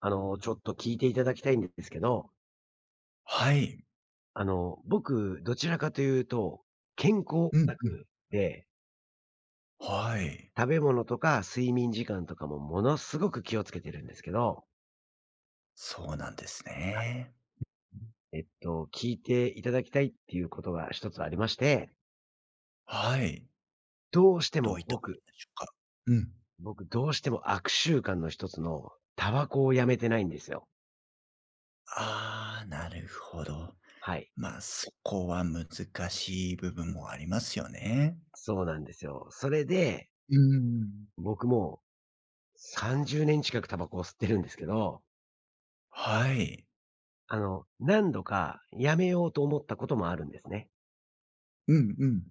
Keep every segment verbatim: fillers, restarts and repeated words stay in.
あの、ちょっと聞いていただきたいんですけど、はい。あの、僕、どちらかというと、健康オうんタうん。クで、はい。食べ物とか睡眠時間とかもものすごく気をつけてるんですけど、そうなんですね。えっと、聞いていただきたいっていうことが一つありまして、はい。どうしてどうもいったこ僕、とでしょうか？うん。僕どうしても悪習慣の一つのタバコをやめてないんですよ。ああ、なるほど。はい。ま、あそこは難しい部分もありますよね。そうなんですよ。それで、うん。僕もうさんじゅうねん近くタバコを吸ってるんですけど、はい。あの、何度かやめようと思ったこともあるんですね。うんうん。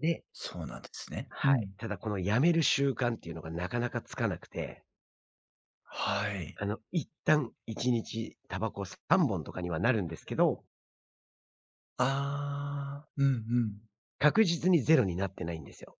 で、そうなんですね。うはい。ん。ただこのやめる習慣っていうのがなかなかつかなくて、はい。あの、一旦いちにちタバコさんぼんとかにはなるんですけど、ああ、うんうん。確実にゼロになってないんですよ。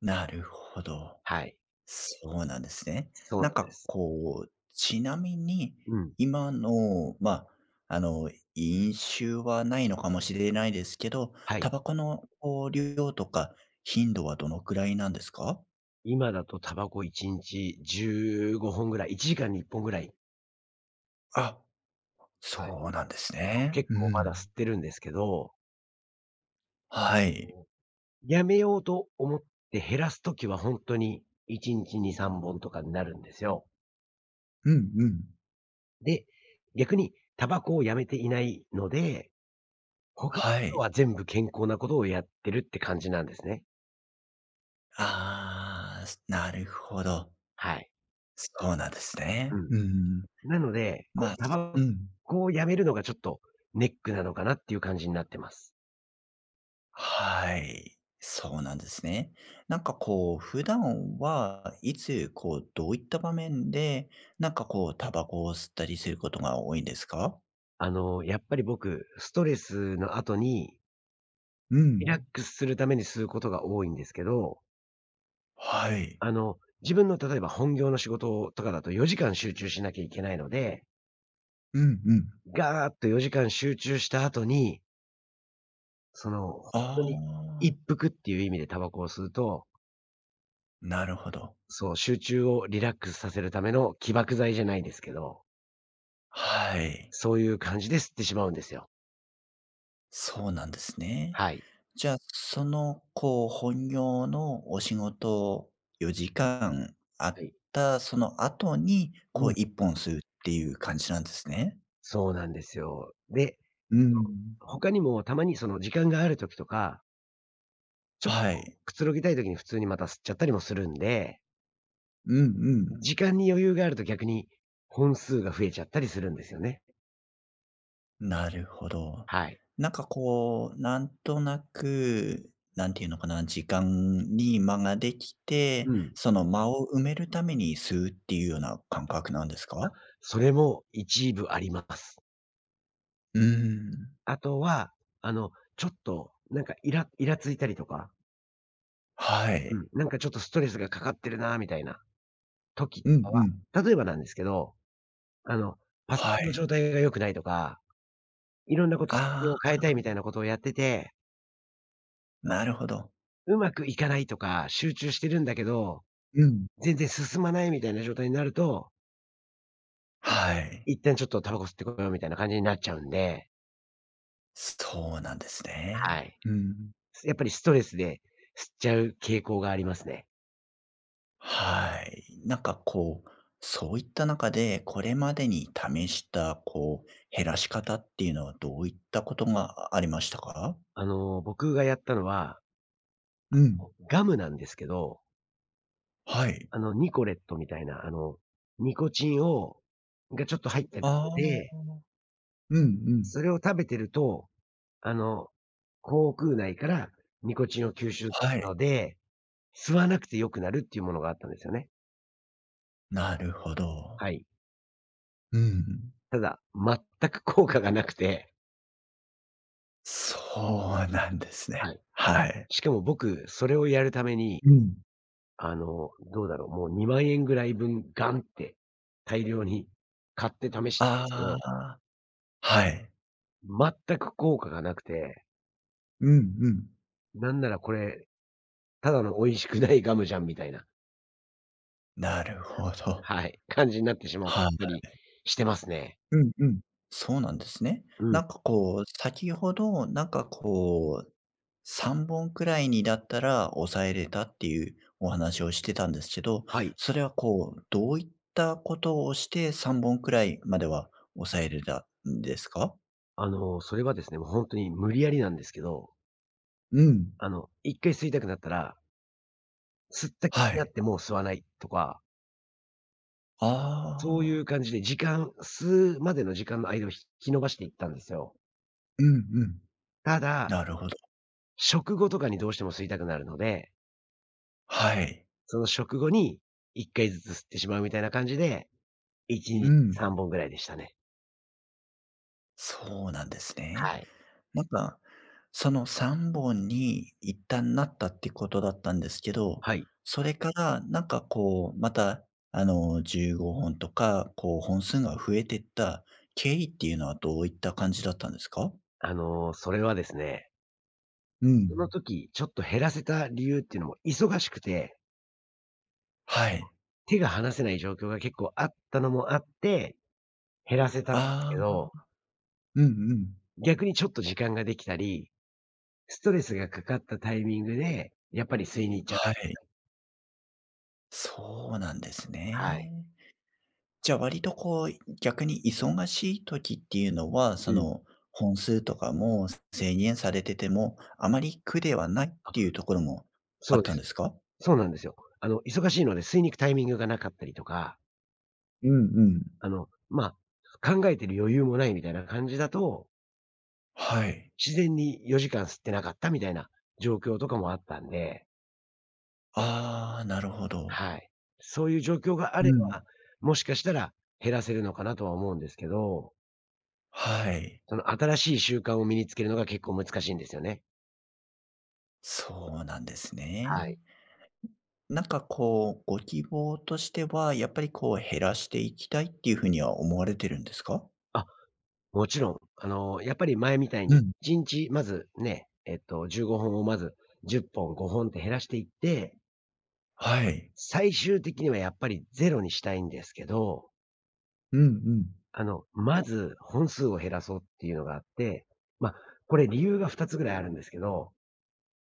なるほど。はい。そうなんですね。そうななんんでかす。こう、ちなみに、うん。今の、まあ、あの、飲酒はないのかもしれないですけど、はい。タバコのこう量とか頻度はどのくらいなんですか？今だとタバコいちにちじゅうごほんぐらい、いちじかんにいっぽんぐらい、あ、そはい、うなんですね。結う構まだん。吸ってるんですけど、はい。やめようと思って減らすときは本当にいちにちに、さんぼんとかになるんですよ。うんうん。で、逆にタバコをやめていないので、他のはことはい。全部健康なことをやってるって感じなんですね。ああ、なるほど。はい。そうなんですうね。ん。うんうん。なので、まあ、タバうん。コをやめるのがちょっとネックなのかなっていう感じになってます。はい。そうなんですね。なんかこう、普段はいつ、こう、どういった場面で、なんかこう、タバコを吸ったりすることが多いんですか？あの、やっぱり僕、ストレスの後にうリラッん。クスするために吸うことが多いんですけど、はい。あの、自分の例えば本業の仕事とかだとよじかん集中しなきゃいけないので、うんうん。ガーッとよじかん集中した後に、その、ほんあとにあ、一服っていう意味でタバコを吸うと、なるほど。そう、集中をリラックスさせるための起爆剤じゃないですけど、はい。そういう感じで吸ってしまうんですよ。そうなんですね。はい。じゃあ、その、こう、本業のお仕事よじかんあはっい。たその後に、うこん。う、いっぽん吸うっていう感じなんですね？そうなんですよ。で、うん。他にもたまにその時間がある時とか、ちょっはい。とくつろぎたい時に普通にまた吸っちゃったりもするんで、うんうん。時間に余裕があると逆に本数が増えちゃったりするんですよね。なるほど。はい。なんかこう、なんとなく、なんていうのかな、時間に間ができうて、ん。その間を埋めるために吸うっていうような感覚なんですか？それも一部あります。うーん。あとは、あの、ちょっと、なんかイライラついたりとか、はうい。ん、なんかちょっとストレスがかかってるなみたいな時とうんかうん。は、例えばなんですけど、あの、パソはコンのい。状態が良くないとか、いろんなこと設定あを変えあ、たいみたいなことをやってて、なるほど。うまくいかないとか、集中してるんだけど、うん。全然進まないみたいな状態になると、はい。一旦ちょっとタバコ吸ってこようみたいな感じになっちゃうんで、そうなんですはね。い。うん。やっぱりストレスで吸っちゃう傾向がありますね。はい。なんかこう、そういった中で、これまでに試した、こう、減らし方っていうのはどういったことがありましたか？あの、僕がやったのは、うん。ガムなんですけど、はい。あの、ニコレットみたいな、あの、ニコチンをがちょっと入ったやあつで、あ。うんうん。それを食べてると、あの、口腔内からニコチンを吸収するはい、ので、吸わなくて良くなるっていうものがあったんですよね。なるほど。はい。うん。ただ、全く効果がなくて、そうなんですはね。い。はい。しかも僕、それをやるためにうん。あの、どうだろう、もうにまん円ぐらい分ガンって大量に買って試したんであすけど、あ、はい。全く効果がなくて、うんうん。なんならこれ、ただの美味しくないガムじゃんみたいな、なるほど。はい、感じになってしまっはたい。りしてますね。うんうん。そうなんですね。うん、なんかこう、先ほど、なんかこうさんぼんくらいにだったら抑えれたっていうお話をしてたんですけど、はい。それはこう、どういったことをしてさんぼんくらいまでは抑えれたんですか？あの、それはですね、もう本当に無理やりなんですけど、うん。あの、いっかい吸いたくなったら、吸った気にはなっい。てもう吸わないとか、そういあうあ。感じで時間吸うまでの時間の間を引き延ばしていったんですよ。うんうん。ただ、なるほど。食後とかにどうしても吸いたくなるので、はい。その食後にいっかいずつ吸ってしまうみたいな感じで、いちにちうん。さんぼんぐらいでしたね。そうなんですね。はい。なんか、そのさんぼんに一旦なったってことだったんですけど、はい。それからなんかこう、また、あの、じゅうごほんとか、こう本数が増えてった経緯っていうのはどういった感じだったんですか？あの、それはですね、うそのん。時ちょっと減らせた理由っていうのも忙しくて、はい。手が離せない状況が結構あったのもあって、減らせたんですあけあ。ど、うんうん。逆にちょっと時間ができたり、ストレスがかかったタイミングで、やっぱり吸いに行っちゃ、はい。そうなんですはい。ね。じゃあ割とこう、逆に忙しい時っていうのは、うそん。の、本数とかも制限されてても、あまり苦ではないっていあ、うところもあそうっでたんす。ですか？そうなんですよ。あの、忙しいので吸いに行くタイミングがなかったりとか、うんうん。あの、まあ、考えてる余裕もないみたいな感じだと、はい。自然によじかん吸ってなかったみたいな状況とかもあったんで、ああ、なるほはど。い。そういう状況があれうん。ば、もしかしたら減らせるのかなとは思うんですけど、はい。その新しい習慣を身につけるのが結構難しいんですよね。そうなんですはね。い。なんかこう、ご希望としては、やっぱりこう減らしていきたいっていうふうには思われてるんですか？あ、もちろん、あの、やっぱり前みたいうに、ん。いちにちまずね、えっと、じゅうごほんをまずじゅっぽん、ごほんって減らしていって、はい。最終的にはやっぱりゼロにしたいんですけど、うんうん。あの、まず本数を減らそうっていうのがあって、まあ、これ理由がふたつぐらいあるんですけど、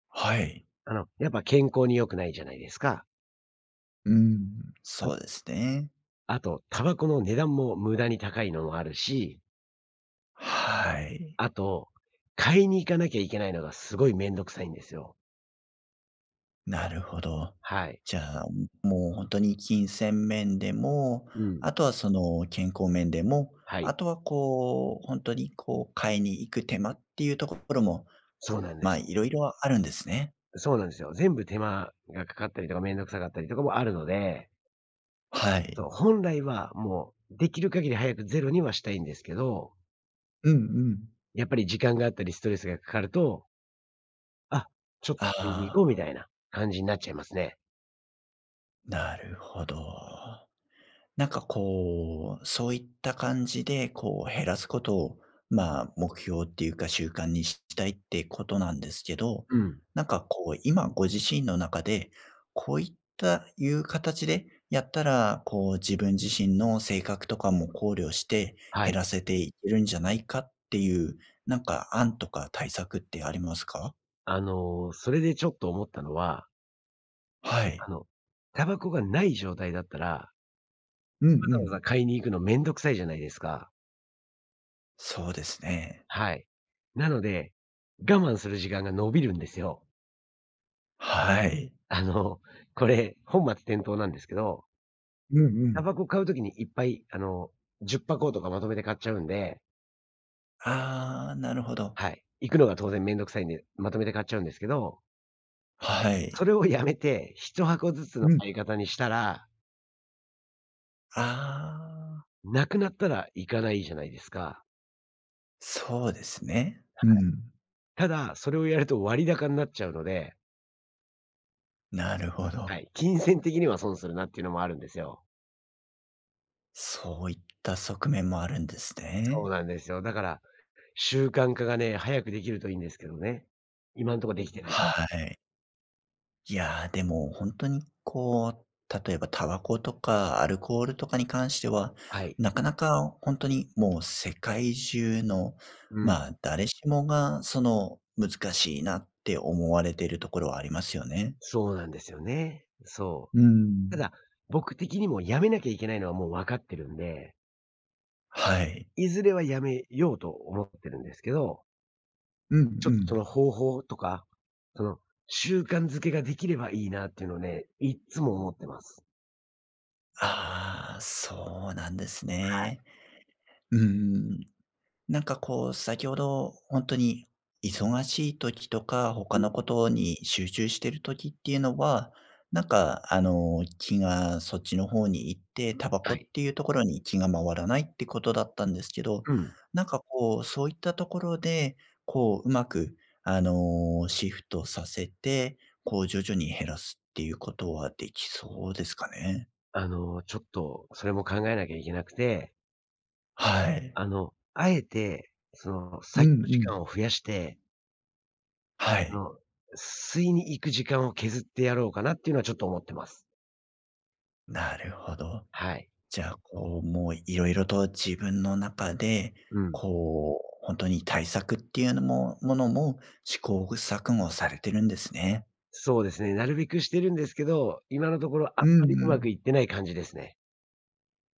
はい。あの、やっぱ健康に良くないじゃないですか。うん。そうあですね。あと、タバコの値段も無駄に高いのもあるし、はい。あと、買いに行かなきゃいけないのがすごいめんどくさいんですよ。なるほど。はい。じゃあ、もう本当に金銭面でも、うん。あとはその健康面でも、はい。あとはこう、本当にこう買いに行く手間っていうところも、そうなんでまあ、す。いろいろあるんですね。そうなんですよ。全部手間がかかったりとかめんどくさかったりとかもあるので、はい。そう、本来はもうできる限り早くゼロにはしたいんですけど、うんうん。やっぱり時間があったりストレスがかかると、あ、ちょっと取りに行あこうみあ、たいな感じになっちゃいますね。なるほど。なんかこう、そういった感じで、こう減らすことを、まあ、目標っていうか習慣にしたいってことなんですけど、うん。なんかこう、今ご自身の中で、こういったいう形でやったら、こう自分自身の性格とかも考慮しては減い。らせていけるんじゃないかっていう、なんか案とか対策ってありますか？あの、それでちょっと思ったのは、はい。あの、タバコがない状態だったら、うんうわざわん。ざ買いに行くのめんどくさいじゃないですか。そうですね。はい。なので、我慢する時間が伸びるんですよ。はい。あの、これ、本末転倒なんですけど、うんうタん。バコ買うときにいっぱい、あの、じゅっ箱とかまとめて買っちゃうんで、ああ、なるほど。はい。行くのが当然めんどくさいんで、まとめて買っちゃうんですけど、はそい。れをやめて、ひと箱ずつのうん。買い方にしたらああ、なくなったら行かないじゃないですか。そうですね。うん。ただ、それをやると割高になっちゃうので、なるほはど。い、金銭的には損するなっていうのもあるんですよ。そういった側面もあるんですそうね。なんですよ。だから、習慣化がね、早くできるといいんですけどね。今んとこできてない。はい。い。やや、でも本当にこう、例えばタバコとかアルコールとかに関しては、はい。なかなか本当にもう世界中の、うん。まあ、誰しもがその、難しいなって思われているところはありますよね。そうなんですよね。そうーう。たん。だ、僕的にもやめなきゃいけないのはもう分かってるんで、はい。いずれはやめようと思ってるんですけど、うんちょっうとそん。の方法とか、その習慣づけができればいいなっていうのをね、いっつも思ってます。ああ、そうなんですはい。ね。うんんなんかこう、先ほど本当に忙しい時とか、他うん、のことに集中してる時っていうのは、なんかあの、気がそっちの方に行って、タバコはっい。ていうところに気が回らないってことだったんですけど、うん。なんかこう、そういったところで、こう、うまくあの、シフトさせて、こう徐々に減らすっていうことはできそうですかね？あの、ちょっとそれも考えなきゃいけなくて、はい。あの、あえて、その、う作んう業時ん。間を増やして、はそい、の、吸いに行く時間を削ってやろうかなっていうのはちょっと思ってます。なるほど。はい。じゃあ、こう、もういろいろと自分の中で、うん。こう、本当に対策っていうのもものも試行錯誤されてるんですね。そうですね、なるべくしてるんですけど、今のところあんうんまりううまん。くいってない感じですね。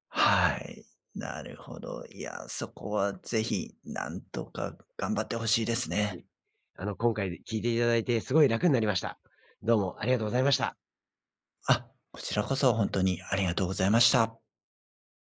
はい、なるほど。いや、そこはぜひなんとか頑張ってほしいですはね。い。あの、今回聞いていただいてすごい楽になりました。どうもありがとうございました。あ、こちらこそ本当にありがとうございました。